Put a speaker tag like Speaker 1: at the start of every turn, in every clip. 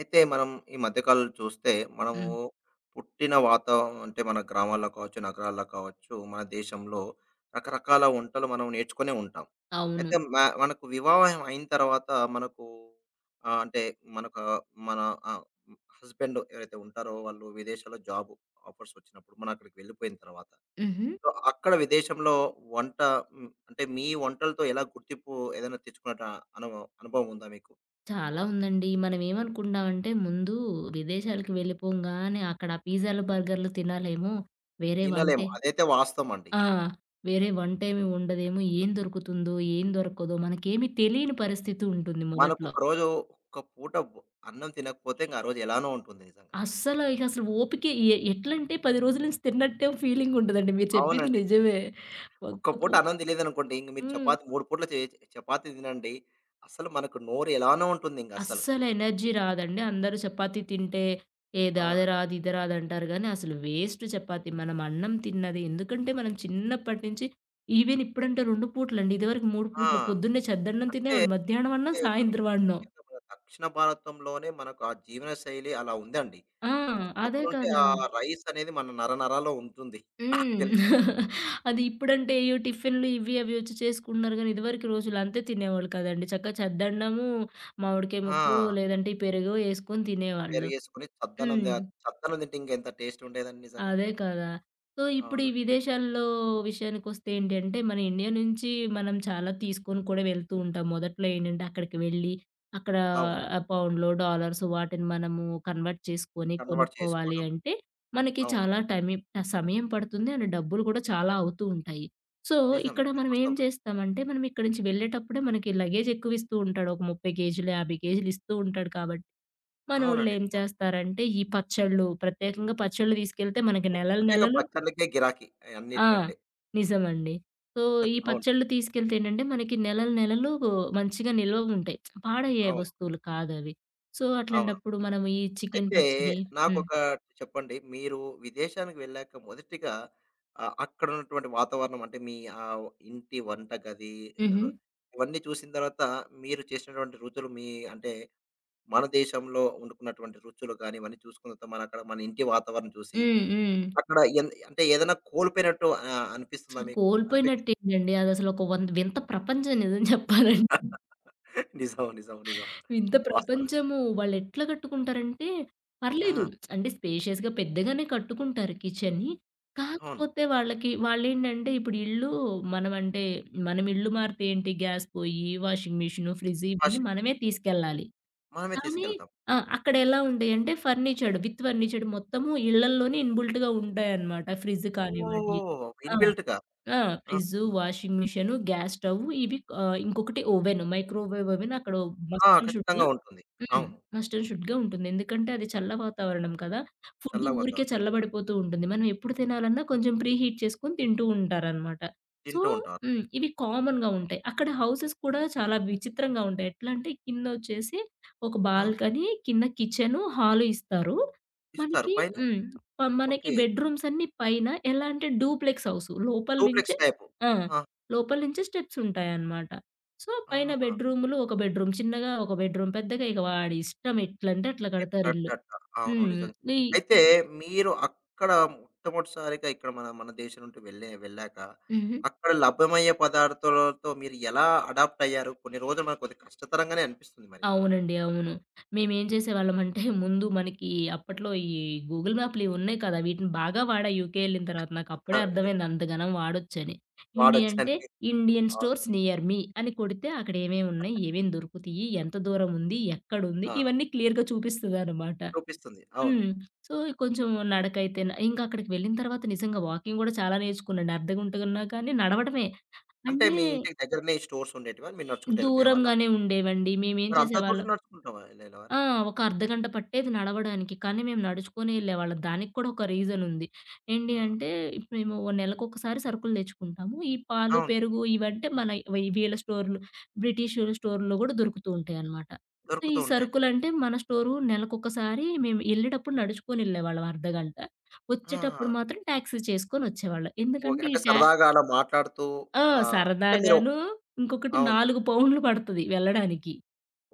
Speaker 1: అయితే మనం ఈ మధ్య కాలంలో చూస్తే మనము
Speaker 2: హ్మ్.
Speaker 1: పుట్టిన వాతావరణం అంటే మన గ్రామాల్లో కావచ్చు, నగరాల్లో కావచ్చు, మన దేశంలో రకరకాల వంటలు మనం నేర్చుకునే ఉంటాం.
Speaker 2: అవును.
Speaker 1: అయితే మనకు వివాహం అయిన తర్వాత మనకు, అంటే మనకు మన, ఆహ్, హస్బెండ్ ఎవరైతే ఉంటారో వాళ్ళు విదేశాల్లో జాబ్ ఆఫర్స్ వచ్చినప్పుడు మనం అక్కడికి వెళ్ళిపోయిన తర్వాత
Speaker 2: హుహు.
Speaker 1: సో, అక్కడ విదేశంలో వంట, అంటే మీ వంటలతో ఎలా గుర్తింపు ఏదైనా తెచ్చుకున్నట్టు అనుభవం అనుభవం ఉందా మీకు?
Speaker 2: చాలా ఉందండి. మనం ఏమనుకుంటామంటే ముందు విదేశాలకు వెళ్ళిపోంగానే అక్కడ ఆ పిజ్జాలు, బర్గర్‌లు తినాలేమో. వేరే
Speaker 1: తినలేము
Speaker 2: వంటే.
Speaker 1: అదైతే వాస్తవం అండి.
Speaker 2: ఆ! వేరే వంటేమి ఉండదేమో. ఏం దొరుకుతుందో, ఏం దొరకదో మనకేమి తెలియని పరిస్థితి ఉంటుంది
Speaker 1: మనకు
Speaker 2: మొదట్లో.
Speaker 1: ఒక రోజు ఒక్క పూట అన్నం తినకపోతే ఇంక ఆ రోజు ఎలానో ఉంటుంది నిజంగా.
Speaker 2: అస్సలు ఇక అసలు ఓపిక ఎట్లంటే 10 రోజుల నుంచి తిన్నట్టే ఫీలింగ్ ఉంటదండి. మీరు చెప్పింది
Speaker 1: అవునండి.
Speaker 2: నిజమే. ఒక్క
Speaker 1: ఒక్క
Speaker 2: పూ
Speaker 1: పూట అన్నం తినలేదనుకోండి, ఇంక మీరు
Speaker 2: హ్మ్.
Speaker 1: చపాతీ 3 పూటలు చపాతీ తినండి. అసలు మనకు నోరు ఎలానో ఉంటుందింక అసలు.
Speaker 2: అస్సలు ఎనర్జీ రాదండి. అందరూ చపాతీ తింటే ఏది
Speaker 1: అవును.
Speaker 2: అది రాదు, ఇది రాదు అంటారు గానీ అసలు వేస్ట్ చపాతీ. మనం అన్నం తిన్నది. ఎందుకంటే మనం చిన్నప్పటి నుంచి ఈవెన్ ఇప్పుడంటే 2 పూటలండి. ఇదివరకు 3 పూటలు.
Speaker 1: ఆ!
Speaker 2: పొద్దున్నే చద్దన్నం
Speaker 1: అంటే
Speaker 2: తినేవాళ్ళు. మధ్యాహ్నం అన్నం,
Speaker 1: మనం
Speaker 2: సాయంత్రం అన్నం.
Speaker 1: ముఖ్యంగా మన దక్షిణ భారతంలోనే మనకు ఆ జీవన శైలి అలా ఉందండి.
Speaker 2: ఆ! అదే
Speaker 1: చిన్నప్పటి నుండి ఆ
Speaker 2: కదా!
Speaker 1: రైస్ అనేది మన నరనరాల్లో ఉంటుంది. నాకు
Speaker 2: హ్మ్.
Speaker 1: తెలుసు.
Speaker 2: అది ఇప్పుడంటే ఏయో టిఫిన్‌లు ఇవి అవి వచ్చి చేసుకుంటున్నారు గానీ, ఇదివరకు రోజులు అంతే తినేవాళ్ళు కదండీ. చక్కగా చద్దన్నము, మామిడికాయ ముక్కు
Speaker 1: ఆ!
Speaker 2: లేదంటే ఈ పెరుగో ఏసుకొని తినేవాళ్ళు.
Speaker 1: పెరిగేసుకొని
Speaker 2: హ్మ్.
Speaker 1: చద్దన్నం తింటే ఇంకెంత టేస్ట్ ఉండేదండి నిజంగా.
Speaker 2: అదే కదా! సో, ఇప్పుడు
Speaker 1: అవును.
Speaker 2: ఈ విదేశాల్లో విషయానికొస్తే ఏంటంటే, మన ఇండియా నుంచి మనం చాలా తీసుకొని కూడా వెళ్తూ ఉంటాం. మొదట్లో ఏంటంటే, అక్కడికి వెళ్ళి, అక్కడ
Speaker 1: అవును.
Speaker 2: పౌండ్‌లో, డాలర్స్ వాటిని మనము కన్వర్ట్ చేసుకొని
Speaker 1: కన్వర్ట్
Speaker 2: కొనుక్కోవాలి
Speaker 1: చేసుకోవడం.
Speaker 2: అంటే, మనకి
Speaker 1: అవును.
Speaker 2: చాలా సమయం పడుతుంది. అండ్ డబ్బులు కూడా చాలా అవుతూ ఉంటాయి. సో,
Speaker 1: నిజం.
Speaker 2: ఇక్కడ
Speaker 1: నిజం.
Speaker 2: మనం ఏం
Speaker 1: వాస్తవం.
Speaker 2: చేస్తామంటే, మనం ఇక్కడి నుంచి వెళ్ళేటప్పుడే మనకి లగేజ్ ఎక్కువిస్తూ ఉంటాడు. ఒక 30 కేజీలు, 50 కేజీలు ఇస్తూ ఉంటాడు
Speaker 1: అవునండి.
Speaker 2: మనోళ్ళేం
Speaker 1: నిజం.
Speaker 2: చేస్తారంటే, ఈ పచ్చళ్ళు ప్రత్యేకంగా పచ్చళ్ళు తీసుకెళ్తే మనకి నెలలు
Speaker 1: ముఖ్యంగా
Speaker 2: నెలలు.
Speaker 1: పచ్చళ్ళకే గిరాకీ
Speaker 2: ఆ!
Speaker 1: అన్నిటికంటే.
Speaker 2: నిజమండి. సో, ఈ
Speaker 1: అవును.
Speaker 2: పచ్చళ్ళు తీసుకెళ్తే ఏంటంటే, మనకి నెలలు నెలలు మంచిగా నిల్వగుంటాయి. పాడయ్యే
Speaker 1: అవును.
Speaker 2: వస్తువులు కాదవి. సో,
Speaker 1: అవును.
Speaker 2: అట్లాంటప్పుడు మనం ఈ చికెను
Speaker 1: అయితే
Speaker 2: పచ్చడి. హ్మ్.
Speaker 1: నాకొక చెప్పండి. మీరు విదేశానికి వెళ్ళాక మొదటిగా, అక్కడ ఉన్నటువంటి వాతావరణం అంటే మీ, ఇంటి వంటగది
Speaker 2: హుహు.
Speaker 1: రు ఇవన్నీ చూసిన తర్వాత మీరు చేసినటువంటి రుచులు మీ అంటే మన దేశంలో వండుకున్నటువంటి రుచులు గాని, ఇవన్నీ చూసుకున్న తర్వాత మన అక్కడ మన ఇంటి వాతావరణం చూసి
Speaker 2: హ్మ్. హ్మ్.
Speaker 1: అక్కడ అంటే ఏదైనా కోల్పోయినట్టు అనిపిస్తుందా
Speaker 2: అసలు
Speaker 1: మీకు? అనిపించిందా?
Speaker 2: కోల్పోయినట్టేంటండి అదసలు ఒక వింత ప్రపంచం నిజం చెప్పాలంటే.
Speaker 1: నిజం. నిజం. నిజం.
Speaker 2: ఇంత
Speaker 1: వాస్తవం.
Speaker 2: ప్రపంచము వాళ్ళెట్లా కట్టుకుంటారంటే, పర్లేదు,
Speaker 1: ఆ!
Speaker 2: అంటే స్పేషియస్‌గా పెద్దగానే కట్టుకుంటారు కిచెన్‌ని.
Speaker 1: అవును.
Speaker 2: కాకపోతే వాళ్ళకి వాళ్ళేంటంటే ఇప్పుడు ఇల్లు, మనమంటే మనం ఇల్లు మారితే ఏంటి గ్యాస్ పొయ్యి, వాషింగ్ మెషిను, ఫ్రిడ్జ్
Speaker 1: భాష
Speaker 2: ఇవన్నీ మనమే తీసుకెళ్ళాలి.
Speaker 1: మనమే
Speaker 2: కానీ
Speaker 1: తీసుకెళ్తాం.
Speaker 2: ఆ! అక్కడ ఎలా ఉంటాయంటే ఫర్నిచర్డ్, విత్ ఫర్నిచర్డ్ మొత్తము ఇళ్లల్లోనే ఇన్‌బిల్ట్‌గా ఉంటాయన్నమాట. ఫ్రిడ్జ్ కానివ్వండి.
Speaker 1: ఓహ్!
Speaker 2: ఆ!
Speaker 1: ఇన్‌బిల్ట్‌గా.
Speaker 2: ఆ!
Speaker 1: ఆహా!
Speaker 2: Fridge, washing machine, gas stove ఇవి ఇంకొకటి ఓవెన్, మైక్రోవేవ్ ఓవెన్ అక్కడ మస్ట్
Speaker 1: ఆ!
Speaker 2: అండ్ షుడ్‌గా.
Speaker 1: ఖచ్చితంగా ఉంటుంది.
Speaker 2: హ్మ్.
Speaker 1: అవును.
Speaker 2: మస్ట్ అండ్ షుడ్‌గా ఉంటుంది. ఎందుకంటే అది చల్ల వాతావరణం కదా! ఫుడ్
Speaker 1: చల్లగా
Speaker 2: ఊరికే
Speaker 1: వాతావరణం.
Speaker 2: చల్లబడిపోతూ ఉంటుంది. మనం ఎప్పుడు తినాలన్నా కొంచెం ప్రీ హీట్ చేసుకొని తింటూ ఉంటారనమాట. సో,
Speaker 1: తింటూ ఉంటారు.
Speaker 2: హ్మ్. ఇవి కామన్‌గా ఉంటాయి. అక్కడ హౌసెస్ కూడా చాలా విచిత్రంగా ఉంటాయి. ఎట్లా అంటే కిందొచ్చేసి ఒక
Speaker 1: ఆ!
Speaker 2: బాల్కనీ, కింద కిచెను, హాలు ఇస్తారు.
Speaker 1: ఇస్తారు.
Speaker 2: మనకి
Speaker 1: పైన
Speaker 2: హ్మ్. మనకి
Speaker 1: ఓకే.
Speaker 2: బెడ్‌రూమ్స్ అన్నీ పైన, ఎలా అంటే డూప్లెక్స్ హౌసు. లోపల
Speaker 1: డూప్లెక్స్
Speaker 2: నుంచే.
Speaker 1: టైపు.
Speaker 2: ఆ!
Speaker 1: ఆహా!
Speaker 2: లోపల నుంచే స్టెప్స్ ఉంటాయన్నమాట. సో, పైన
Speaker 1: ఆహాహా!
Speaker 2: బెడ్‌రూములు ఒక బెడ్‌రూమ్. చిన్నగా ఒక బెడ్‌రూమ్. పెద్దగా ఇక వాడి ఇష్టం ఎట్లంటే అట్లా
Speaker 1: ఎట్లంటే
Speaker 2: కడతారిల్లు.
Speaker 1: అట్లా. అవును.
Speaker 2: హ్మ్.
Speaker 1: నిజంగా.
Speaker 2: ఈ
Speaker 1: అయితే మీరు అక్కడ మొట్టమొదటిసారిగా ఇక్కడ మన మన దేశం నుండి వెళ్ళాక,
Speaker 2: హుహు.
Speaker 1: అక్కడ లభ్యమయ్యే పదార్థాలతో మీరు ఎలా అడాప్ట్ అయ్యారు? కొన్ని రోజులు మనకు కొద్దిగా కష్టతరంగానే అనిపిస్తుంది మరి.
Speaker 2: అవునండి. అవును. మేమేం చేసేవాళ్ళమంటే ముందు మనకి అప్పట్లో ఈ గూగుల్ మ్యాప్‌లు ఇవున్నాయి కదా! వీటిని బాగా వాడా యూకే ఎళ్ళిన తర్వాత.
Speaker 1: ఆ!
Speaker 2: నాకప్పుడే అర్థమైంది అంతగనం వాడొచ్చని. ఏంటి అంటే
Speaker 1: వాడొచ్చని.
Speaker 2: ఇండియన్
Speaker 1: అవును.
Speaker 2: స్టోర్స్ నియర్ మీ అని కొడితే అక్కడ ఏమేమున్నాయి? ఏమేం దొరుకుతియి? ఎంత దూరం ఉంది? ఎక్కడుంది?
Speaker 1: ఆ!
Speaker 2: ఇవన్నీ క్లియర్‌గా చూపిస్తదనమాట.
Speaker 1: చూపిస్తుంది. అవును.
Speaker 2: హ్మ్. సో, కొంచెం ఇంకా అక్కడికి వెళ్ళిన తర్వాత నిజంగా వాకింగ్ గూడా చాలా నేర్చుకున్నాను. అర్ధగుంటగున్నా కానీ నడవడమే.
Speaker 1: అంటే
Speaker 2: అంటే
Speaker 1: మీ ఇంటికి దగ్గరనే స్టోర్స్ ఉండేటివా? మీరు నడుచుకుంటూ ఎళ్ళిపోయేవాళ్ళా?
Speaker 2: దూరంగానే ఉండేవండి. మేమేం
Speaker 1: మరి అంత
Speaker 2: చేసేవాళ్ళం.
Speaker 1: దూరం నడుచుకుంటావా వెళ్ళేవారా?
Speaker 2: ఆ! ఒక అర్ధగంట పట్టేది నడవడానికి. కానీ మేము నడుచుకొని ఎళ్ళేవాళ్ళం. దానికి కూడా ఒక రీజన్ ఉంది. ఏంటి
Speaker 1: ఆ!
Speaker 2: అంటే ఇప్పుడు మేము నెలకొకసారి సరుకులు తెచ్చుకుంటాము. ఈ పాలు,
Speaker 1: అవును.
Speaker 2: పెరుగు ఇవంటే మన వీళ్ళ స్టోర్‌లు బ్రిటిష్ స్టోర్‌లో కూడా దొరుకుతూ ఉంటాయన్నమాట. సో,
Speaker 1: దొరుకుతూ
Speaker 2: ఈ
Speaker 1: ఉంటాయి.
Speaker 2: సరుకులంటే మన స్టోరు నెలకొకసారి మేము ఎళ్ళేటప్పుడు నడుచుకొని ఎళ్ళేవాళ్ళం అర్ధగంట. వచ్చేటప్పుడు
Speaker 1: ఆ!
Speaker 2: మాత్రం టాక్సీ చేసుకొని వచ్చేవాళ్ళం.
Speaker 1: ఓకే.
Speaker 2: ఎందుకంటే ఈ
Speaker 1: అంటే సరదాగా అలా మాట్లాడుతూ,
Speaker 2: ఆ!
Speaker 1: అంటే మీరు
Speaker 2: సరదాగాను
Speaker 1: ఒక-
Speaker 2: ఇంకొకటి
Speaker 1: అవును.
Speaker 2: 4 పౌండ్‌లు పడతది వెళ్ళడానికి.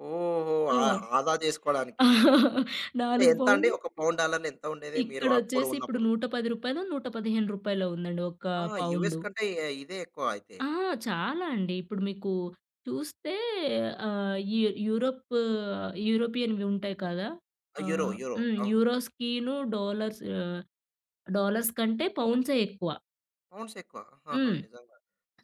Speaker 1: ఓహో!
Speaker 2: ఆ!
Speaker 1: ఆ ఆదా చేసుకోవడానికి. అంటే
Speaker 2: 4
Speaker 1: ఎంత అండి?
Speaker 2: పౌండ్లు
Speaker 1: ఒక పౌండ్ డాలర్‌లు ఎంత ఉండేది మీరు అప్పుడు
Speaker 2: ఇక్కడొచ్చేసి ఇప్పుడు రూ.
Speaker 1: ఉన్నప్పుడు?
Speaker 2: 110, రూ. 115 ఉందండి ఒక
Speaker 1: ఆ! US
Speaker 2: pound.
Speaker 1: కంటే ఏ- ఇదే ఎక్కువ అయితే.
Speaker 2: ఆ! చాలా అండి. ఇప్పుడు మీకు చూస్తే యు యూరోప్ యూరోపియన్‌వి ఉంటాయి కదా!
Speaker 1: ఆ, యూరో, యూరో.
Speaker 2: హ్మ్.
Speaker 1: అవును.
Speaker 2: యూరోస్‌కిను డాలర్స్ డాలర్స్ కంటే పౌండ్సే ఎక్కువ.
Speaker 1: పౌండ్స్ ఎక్కువ. ఆహాహా!
Speaker 2: హ్మ్.
Speaker 1: నిజంగా.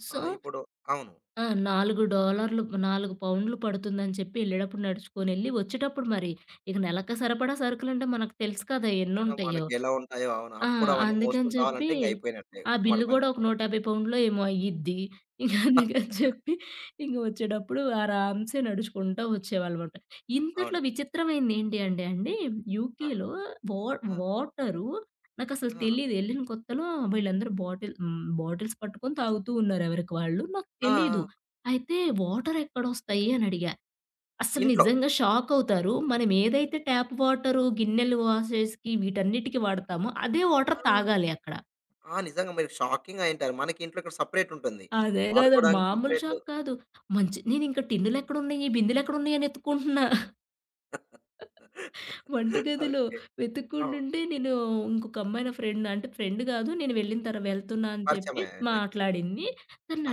Speaker 2: సో
Speaker 1: ఆ! ఇప్పుడు అవును.
Speaker 2: ఆ! $4, $4 పడుతుందని చెప్పి ఎళ్ళేటప్పుడు నడుచుకొనెళ్ళి, వచ్చేటప్పుడు మరి ఇక నెలకి సరిపడా సరుకులంటే మనకు తెలుసు కదా!
Speaker 1: ఆ,
Speaker 2: ఎన్నుంటాయో.
Speaker 1: మనకి ఎలా ఉంటాయో అవును.
Speaker 2: ఆ!
Speaker 1: అప్పుడు అవన్నీ
Speaker 2: అందుకని
Speaker 1: మోసుకొని రావాలంటే
Speaker 2: చెప్పి,
Speaker 1: ఇంక అయిపోయినట్టే
Speaker 2: ఆ
Speaker 1: ఉమ్మడి
Speaker 2: బిల్లు
Speaker 1: పని.
Speaker 2: గూడా ఒక రూ. 150 ఏమో అయ్యిద్ది. ఇంక అందుకని చెప్పి, ఇంక వచ్చేటప్పుడు ఆరామ్‌సే నడుచుకుంటా వచ్చేవాళ్ళమాట. ఇంతట్లో
Speaker 1: అవును.
Speaker 2: విచిత్రమైంది ఏంటి అంటే అండి,
Speaker 1: ఆ!
Speaker 2: యూకేలో వా
Speaker 1: ఆ!
Speaker 2: వాటరు నాకసలు
Speaker 1: ఆ!
Speaker 2: తెలీదు. ఎళ్ళిన కొత్తలో వీళ్ళందరూ బాటిల్, హ్మ్, బాటిల్స్ పట్టుకొని తాగుతూ ఉన్నారు ఎవరికి వాళ్ళు. నాకు
Speaker 1: ఆ!
Speaker 2: తెలీదు.
Speaker 1: ఆ!
Speaker 2: అయితే వాటరెక్కడొస్తాయి అని అడిగా. అసలు
Speaker 1: ఇంట్లో.
Speaker 2: నిజంగా షాకవుతారు. మనం ఏదైతే ట్యాప్ వాటరు, గిన్నెలు వాష్ చేసేకి వీటన్నిటికి వాడతామో, అదే వాటర్
Speaker 1: ఆ!
Speaker 2: తాగాలి అక్కడ.
Speaker 1: ఆ! నిజంగా మీరు షాకింగ్ అయ్యుంటారు. మనకి ఇంట్లో ఇక్కడ సెపరేట్ ఉంటుంది.
Speaker 2: అదే కదా!
Speaker 1: వాడుకోవడానికి
Speaker 2: మామూలు
Speaker 1: సెపరేటు.
Speaker 2: షాక్ కాదు. మంచి నేనింకా టిన్నులెక్కడున్నయి, బిందెలెక్కడున్నయి అని ఎతుక్కుంటున్నా. వంటగదిలో
Speaker 1: ఓకే. అవును.
Speaker 2: వెతుక్కుంటుంటే నేను ఇంకొక అమ్మాయి నా ఫ్రెండ్, అంటే ఫ్రెండ్ కాదు. నేను వెళ్ళిన తర వెళ్తున్నా అని చెప్పి
Speaker 1: పరిచయమైన వ్యక్తి.
Speaker 2: మాట్లాడింది.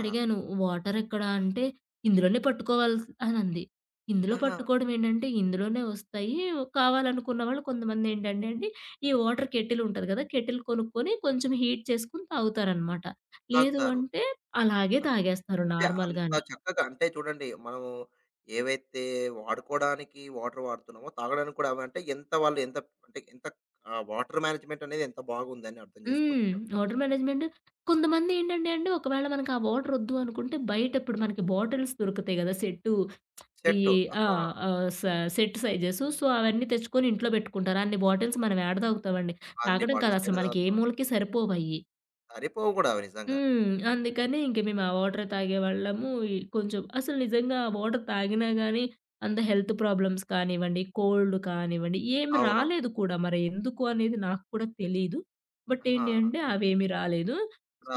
Speaker 1: ఆ!
Speaker 2: "వాటర్ ఎక్కడ?" అంటే "ఇందులోనే పట్టుకోవాల్సి" అనంది. ఇందులో
Speaker 1: ఆహా!
Speaker 2: పట్టుకోవడం ఏంటంటే ఇందులోనే వస్తాయి. కావాలనుకున్న వాళ్ళు కొంతమంది ఏంటంటే అండి, ఈ వాటర్ కెటిల్ ఉంటది కదా! కెటిల్ కొనుక్కొని కొంచెం హీట్ చేసుకొని తాగుతారనమాట. లేదు
Speaker 1: తాగుతారు.
Speaker 2: అంటే అలాగే
Speaker 1: ఆ!
Speaker 2: తాగేస్తారు
Speaker 1: అంటే అంత
Speaker 2: నార్మల్‌గానే.
Speaker 1: చక్కగా అంటే చూడండి మనము ఏవైతే వాడుకోవడానికి వాటర్ వాడుతున్నామో, తాగడానికి కూడా అవే అంటే ఎంత వాళ్ళు ఎంత అంటే ఎంత, వాటర్ మేనేజ్మెంట్ అనేది ఎంత బాగుందని అర్థం చేసుకోవచ్చు
Speaker 2: హ్మ్.
Speaker 1: అక్కడ.
Speaker 2: వాటర్ మేనేజ్‌మెంట్, కొంతమందేంటంటే అండి, ఒకవేళ మనకు ఆ వాటర్ ఒద్దు అనుకుంటే, బయట ఇప్పుడు మనకి బాటిల్స్ దొరుకుతాయి గదా! సెట్టు ఈ
Speaker 1: సెట్టు.
Speaker 2: ఆ!
Speaker 1: ఆహా!
Speaker 2: ఆహ్, స సెట్ సైజెసు. సో, అవన్నీ తెచ్చుకొని ఇంట్లో బెట్టుకుంటారు. అన్ని బాటిల్స్ మనం ఏడ తాగుతామండి?
Speaker 1: అన్ని
Speaker 2: తాగడం కాదు
Speaker 1: బాటిల్స్ ఏడ
Speaker 2: అసలు మనకి ఏ
Speaker 1: తాగుతున్నాం.
Speaker 2: మూలకి సరిపోవయ్యి.
Speaker 1: సరిపోవు కూడా అవి నిజంగా.
Speaker 2: హ్మ్. అందుకని ఇంక మేము ఆ వాటరే తాగేవాళ్ళము. ఈ కొంచెం అసలు నిజంగా ఆ వాటర్ తాగినా గానీ, అంత హెల్త్ ప్రాబ్లమ్స్ కానివ్వండి, కోల్డ్ కానివ్వండి, ఏమి
Speaker 1: అవునవును.
Speaker 2: రాలేదు కూడా. మరి ఎందుకు అనేది నాకు కూడా తెలీదు. బట్
Speaker 1: ఆహా!
Speaker 2: ఏంటి అంటే అవేమీ రాలేదు.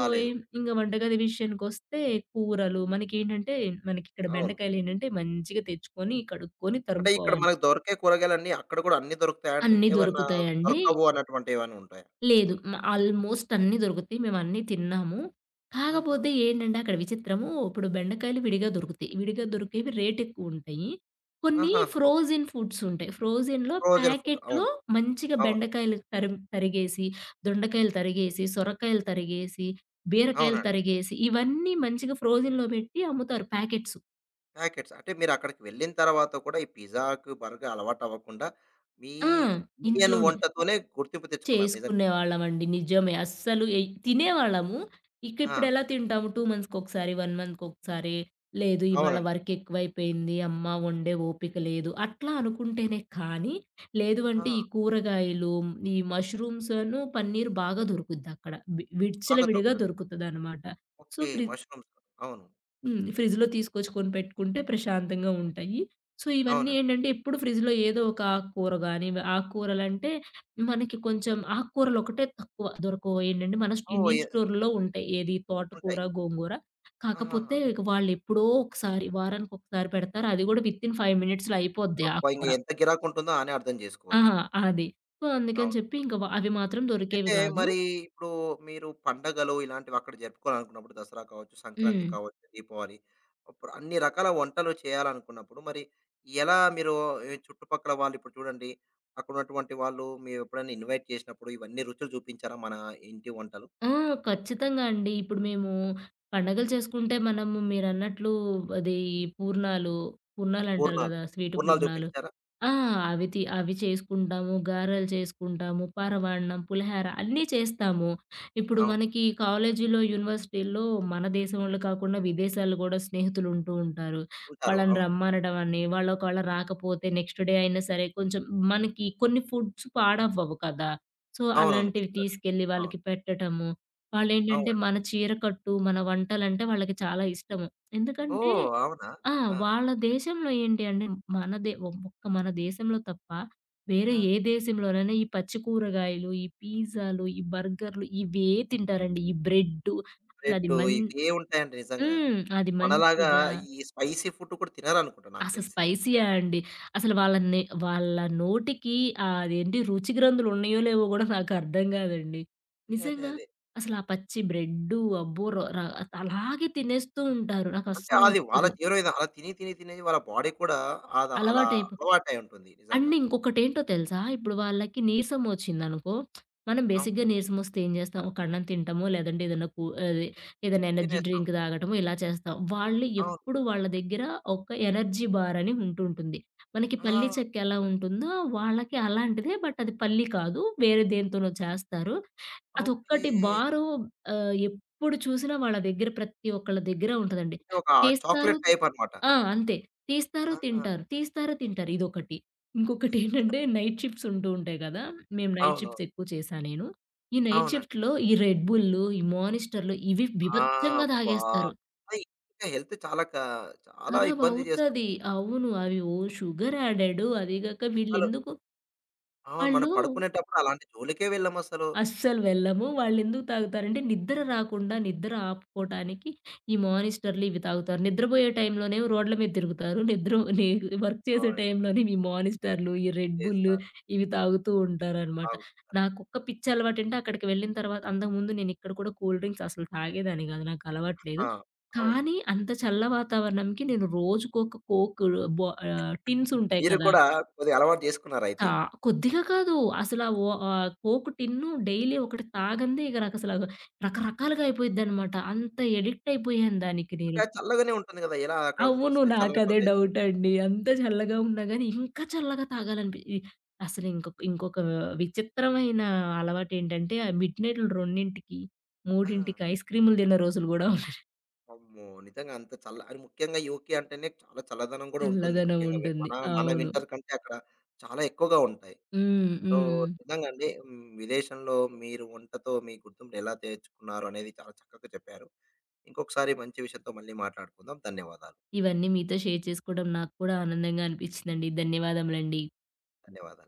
Speaker 2: సో, ఇంగ వంటగది విషయానికొస్తే కూరలు మనకేంటంటే, మనకిక్కడ
Speaker 1: అవును.
Speaker 2: బెండకాయలేంటంటే మంచిగా తెచ్చుకొని, కడుక్కొని,
Speaker 1: అంటే ఇక్కడ
Speaker 2: తరుముకోవాలి.
Speaker 1: మనకు దొరికే కూరగాయలన్నీ అక్కడ కూడా అన్నీ దొరుకుతాయా అండి?
Speaker 2: అన్నీ
Speaker 1: ఏమన్నా
Speaker 2: దొరుకుతాయండి.
Speaker 1: దొరకవు అన్నటువంటివి ఏమైనా ఉంటాయా?
Speaker 2: లేదు. ఆల్‌మోస్ట్ అన్నీ దొరుకుతాయి. మేమన్నీ తిన్నాము.
Speaker 1: ఆహా!
Speaker 2: కాకపోతే ఏంటంటే అక్కడ విచిత్రము, ఇప్పుడు బెండకాయలు విడిగా దొరుకుతాయి. విడిగా దొరికేవి రేటెక్కువుంటాయి. కొన్ని
Speaker 1: ఆహాహా!
Speaker 2: ఫ్రోజెన్ ఫుడ్స్ ఉంటాయి. ఫ్రోజెన్‌లో
Speaker 1: ఫ్రోజన్ ఫుడ్.
Speaker 2: ప్యాకెట్‌లో
Speaker 1: అవును.
Speaker 2: మంచిగా
Speaker 1: అవును.
Speaker 2: బెండకాయలు తరిగేసి, దొండకాయలు తరిగేసి, సొరకాయలు తరిగేసి, బీరకాయలు
Speaker 1: అవునండి.
Speaker 2: తరిగేసి, ఇవన్నీ మంచిగా ఫ్రోజెన్‌లో పెట్టి అమ్ముతారు ప్యాకెట్స్.
Speaker 1: ప్యాకెట్స్. అంటే మీరక్కడికి వెళ్ళిన తర్వాత కూడా ఈ పిజ్జాకు, బర్గర్ అలవాటవ్వకుండా మీ
Speaker 2: ఆ!
Speaker 1: ఇండియన్
Speaker 2: ఇంట్లోనే.
Speaker 1: వంటతోనే గుర్తింపు తెచ్చుకున్నారు నిజంగా.
Speaker 2: చేసుకునేవాళ్ళమండి. నిజమే. అస్సలు ఎయ్ తినేవాళ్ళము. ఇక
Speaker 1: ఆ!
Speaker 2: ఇప్పుడెలా తింటాము 2 మంత్స్‌కొకసారి, 1 మంత్‌కొకసారి. లేదు ఇవాళ
Speaker 1: అవునండి.
Speaker 2: వర్క్ ఎక్కువైపోయింది. అమ్మ! వండే ఓపిక లేదు. అట్లా అనుకుంటేనే కానీ, లేదు
Speaker 1: ఆ!
Speaker 2: అంటే ఈ కూరగాయలు, ఈ మష్రూమ్స్‌ను, పన్నీర్ బాగా దొరుకుద్దక్కడ.
Speaker 1: బాగా
Speaker 2: విచ్చలవిడిగా
Speaker 1: దొరుకుతది.
Speaker 2: దొరుకుతదనమాట. So,
Speaker 1: okay. మష్రూమ్స్. అవును.
Speaker 2: హ్మ్. ఫ్రిడ్జ్‌లో తీసుకొచ్చుకొని పెట్టుకుంటే ప్రశాంతంగా ఉంటాయి. సో, ఇవన్నీ
Speaker 1: అవునండి.
Speaker 2: ఏంటంటే ఎప్పుడు ఫ్రిడ్జ్‌లో ఏదో ఒక ఆకుకూర గాని, ఆకుకూరలంటే మనకి కొంచెం ఆకుకూరలు ఒకటే తక్కువ, దొరకవు. ఏంటంటే మన
Speaker 1: ఓహ్! ఎ
Speaker 2: ఇండియన్ స్టోర్‌లో ఉంటాయి. ఏది తోటకూర,
Speaker 1: ఉంటాయి.
Speaker 2: గోంగూర.
Speaker 1: ఆహాహా!
Speaker 2: కాకపోతే ఇక వాళ్ళెప్పుడో ఒకసారి వారానికొకసారి పెడతారు. అది కూడా వితిన్ 5 మినిట్స్‌లో అయిపోద్ది
Speaker 1: అబ్బా! ఇంక
Speaker 2: ఆకుకూర.
Speaker 1: ఎంత గిరాకుంటుందో ఆనే అర్థం
Speaker 2: ఆ!
Speaker 1: చేసుకోవచ్చు.
Speaker 2: అది. సో, అందుకని
Speaker 1: అవును.
Speaker 2: చెప్పి ఇంక అవి మాత్రం దొరికేవి
Speaker 1: అయితే
Speaker 2: కాదు.
Speaker 1: మరి ఇప్పుడు మీరు పండగలు ఇలాంటివి అక్కడ జరుపుకోవాలనుకున్నప్పుడు దసరా కావచ్చు, సంక్రాంతి
Speaker 2: హ్మ్.
Speaker 1: కావచ్చు, దీపావళి అప్పుడు అన్ని రకాల వంటలు చేయాలనుకున్నప్పుడు మరి ఎలా మీరు ఈ చుట్టుపక్కల వాళ్ళు ఇప్పుడు చూడండి అక్కడ ఉన్నటువంటి వాళ్ళు మీరు ఎప్పుడైనా ఇన్వైట్ చేసినప్పుడు ఇవన్నీ రుచులు చూపించారా? మన ఇంటి వంటలు
Speaker 2: ఆ! ఖచ్చితంగా అండి. ఇప్పుడు మేము పండగలు చేసుకుంటే మనము మీరన్నట్లు అది పూర్ణాలు, పూర్ణాలంటారు
Speaker 1: పూర్ణాలు,
Speaker 2: గదా! స్వీటు
Speaker 1: పూర్ణాలు
Speaker 2: పూర్ణాలు.
Speaker 1: చూపించారా?
Speaker 2: ఆ! అవి చేసుకుంటాము. గారెలు చేసుకుంటాము. పరమాన్నం, పులిహార అన్నీ చేస్తాము. ఇప్పుడు
Speaker 1: అవును.
Speaker 2: మనకి కాలేజీలో, యూనివర్సిటీల్లో మన దేశంలో కాకుండా విదేశాల్లో గూడా స్నేహితులుంటూ ఉంటారు.
Speaker 1: ఉంటారు.
Speaker 2: వాళ్ళని
Speaker 1: అవును.
Speaker 2: రమ్మనడం అని, వాళ్ళు ఒకవేళ రాకపోతే నెక్స్ట్ డే అయినా సరే కొంచెం మనకి కొన్ని ఫుడ్స్ పాడవ్వవు కదా! సో,
Speaker 1: అవునవును.
Speaker 2: అలాంటివి
Speaker 1: ఖచ్చితంగా.
Speaker 2: తీసుకెళ్ళి
Speaker 1: అవును.
Speaker 2: వాళ్ళకి పెట్టటము. వాళ్ళేంటంటే
Speaker 1: అవునండి.
Speaker 2: మన చీరకట్టు, మన వంటలంటే వాళ్ళకి చాలా ఇష్టము. ఎందుకంటే
Speaker 1: ఓహ్! అవునా?
Speaker 2: ఆ!
Speaker 1: ఆ!
Speaker 2: వాళ్ళ దేశంలో ఏంటి అంటే మన దే ఒక్క మన దేశంలో తప్ప వేరే
Speaker 1: ఆ!
Speaker 2: ఏ దేశంలోనైనా ఈ పచ్చి కూరగాయలు, ఈ పిజ్జాలు, ఈ బర్గర్‌లు ఇవే తింటారండి. ఈ బ్రెడ్డు అసలది
Speaker 1: బ్రెడ్డు
Speaker 2: మన్
Speaker 1: ఇవి ఏ ఉంటాయండి నిజంగానే.
Speaker 2: హ్మ్. అది
Speaker 1: మనలాగా
Speaker 2: మంచిదా?
Speaker 1: ఈ స్పైసీ ఫుడ్ కూడా తినరనుకుంటా నాకు
Speaker 2: అసలు
Speaker 1: తెలిసి.
Speaker 2: స్పైసీయా అండి. అసలు వాళ్ళ నే వాళ్ళ నోటికి అదేంటి రుచి గ్రంథులు ఉన్నాయో లేవో గూడా నాకు అర్థం గాదండి.
Speaker 1: అదే.
Speaker 2: నిజంగా
Speaker 1: అదే.
Speaker 2: అసలు ఆ పచ్చి బ్రెడ్డు అబ్బో! ర ర అలాగే తినేస్తూ ఉంటారు. నాకు
Speaker 1: అంటే
Speaker 2: అస్సలు
Speaker 1: అది వాళ్ళ
Speaker 2: నచ్చదు.
Speaker 1: జీవన విధానం. అలా తిని, తిని, తిని వాళ్ళ బాడీ కూడా అద అలా
Speaker 2: అలవాటైపో
Speaker 1: అలవాటై ఉంటుంది నిజంగా.
Speaker 2: అండ్ ఇంకొకటేంటో తెలుసా? ఇప్పుడు వాళ్ళకి నీరసం ఒచ్చిందనుకో, మనం
Speaker 1: అవును.
Speaker 2: బేసిక్‌గా నీరసమొస్తే ఏం చేస్తాం? ఒక అన్నం తింటామో, లేదంటే ఏదన్నా కు అది ఏదైనా ఎనర్జీ
Speaker 1: తినేస్తాం.
Speaker 2: డ్రింక్ తాగటమో ఇలా చేస్తాం. వాళ్ళు
Speaker 1: అవును.
Speaker 2: ఎప్పుడు వాళ్ళ దగ్గర ఒక ఎనర్జీ బార్ అని ఉంటుంటుంది. మనకి పల్లీ
Speaker 1: ఆ!
Speaker 2: చెక్క ఎలా ఉంటుందో, వాళ్ళకి అలాంటిదే బట్ అది పల్లీ కాదు. వేరే దేనితోనో చేస్తారు.
Speaker 1: ఓకే.
Speaker 2: అదొక్కటి బారు. ఎప్పుడు చూసినా వాళ్ళ దగ్గర ప్రతి ఒక్కళ్ళ దగ్గర ఉంటదండి.
Speaker 1: అంటే ఒక
Speaker 2: చేస్తారు.
Speaker 1: చాక్లేట్ టైప్ అనమాట.
Speaker 2: ఆ! అంతే. తీస్తారు,
Speaker 1: ఆహా!
Speaker 2: తింటారు. తీస్తారు, తింటారు. ఇదొకటి. ఇంకొకటేంటంటే నైట్ షిఫ్ట్స్ ఉంటూ ఉంటాయి గదా! మేము నైట్
Speaker 1: అవునవును.
Speaker 2: షిఫ్ట్స్ ఎక్కువ నేను. ఈ నైట్
Speaker 1: అవునండి.
Speaker 2: షిఫ్ట్‌లో ఈ రెడ్ బుల్లు, ఈ మానిస్టర్‌లు ఇవి
Speaker 1: ఆ!
Speaker 2: బీభత్సంగా
Speaker 1: అబ్బా!
Speaker 2: తాగేస్తారు.
Speaker 1: అది ఇంకా హెల్త్ చాలా క చాలా ఇబ్బంది చేస్తుంది.
Speaker 2: ఖరాబవుతది. అవును. అవి ఓ షుగర్ యాడెడ్, అది గాక
Speaker 1: అసలు
Speaker 2: వీళ్ళెందుకు,
Speaker 1: అవును. మనం
Speaker 2: వాళ్ళు
Speaker 1: పడుకునేటప్పుడు అలాంటి జోలికే వెళ్ళమసలు.
Speaker 2: అస్సలు వెళ్ళము. వాళ్ళెందుకు తాగుతారంటే నిద్ర రాకుండా, నిద్ర ఆపుకోటానికి ఈ మానిస్టర్‌లు ఇవి తాగుతారు. నిద్రబోయే టైంలోనేమో రోడ్ల మీద తిరుగుతారు. నిద్ర నే వర్క్ చేసే
Speaker 1: అవును.
Speaker 2: టైంలోనే ఈ మానిస్టర్‌లు, ఈ రెడ్ బుల్
Speaker 1: చేస్తారు.
Speaker 2: ఇవి తాగుతూ ఉంటారనమాట.
Speaker 1: తాగు
Speaker 2: నాకొక్క పిచ్చి అలవాటంటే అక్కడికి వెళ్ళిన తర్వాత, అంతకుముందు నేనిక్కడ కూడా కూల్ డ్రింక్స్ అసలు తాగేదాన్ని గాదు. నాకు అలవాట్లేదు.
Speaker 1: ఆ! అవును.
Speaker 2: కానీ అంత చల్ల వాతావరణంకి నేను రోజుకొక కోక్ బా టిన్స్ ఉంటాయి
Speaker 1: మీరు
Speaker 2: కదా!
Speaker 1: కూడా కొద్దిగా అలవాటు చేసుకున్నారయితే.
Speaker 2: తా కొద్దిగా కాదు. అసల కోక్ టిన్ను డైలీ ఒకటి తాగందే ఇగ నాకసల రకరకాలుగా అయిపోయిద్దనమాట. అంత ఎడిక్ట్ అయిపోయాను దానికి నేను.
Speaker 1: అక్కడ చల్లగానే ఉంటుంది గదా! ఎలా అక్కడ
Speaker 2: అవును.
Speaker 1: ఫస్టే చల్లని
Speaker 2: నాకదే
Speaker 1: ప్రదేశం.
Speaker 2: డౌటండి. అంత చల్లగా ఉన్నా గాని, ఇంకా చల్లగా తాగాలనిపి ఇ అసలు ఇంకొక ఇంకొక విచిత్రమైన అలవాటేంటంటే, ఆ మిడ్ నైట్‌లు 2కి, 3కి
Speaker 1: ఆ!
Speaker 2: ఐస్ క్రీములు తిన్న రోజులు గూడా ఉన్నాయి.
Speaker 1: అమ్మో! నిజంగా అంత చల్ల అది ముఖ్యంగా యూకే అంటేనే చాలా చల్లదనం గూడా ఉంటుంది.
Speaker 2: చల్లదనం
Speaker 1: ముఖ్యంగా వె
Speaker 2: ఉంటుంది.
Speaker 1: మన మన
Speaker 2: అవును.
Speaker 1: వింటర్ కంటే అక్కడ చాలా ఎక్కువగా ఉంటాయి.
Speaker 2: హ్మ్.
Speaker 1: సో,
Speaker 2: హ్మ్.
Speaker 1: నిజంగా అండి, విదేశంలో మీరు వంటతో మీ గుర్తింపుని ఎలా తెచ్చుకున్నారు అనేది చాలా చక్కగా చెప్పారు. ఇంకొకసారి మంచి విషయంతో మళ్ళీ మాట్లాడుకుందాం. ధన్యవాదాలు.
Speaker 2: ఇవన్నీ మీతో షేర్ చేసుకోవడం నాకు కూడా ఆనందంగా అనిపిచ్చిందండి. ధన్యవాదములండి.
Speaker 1: ధన్యవాదాలు.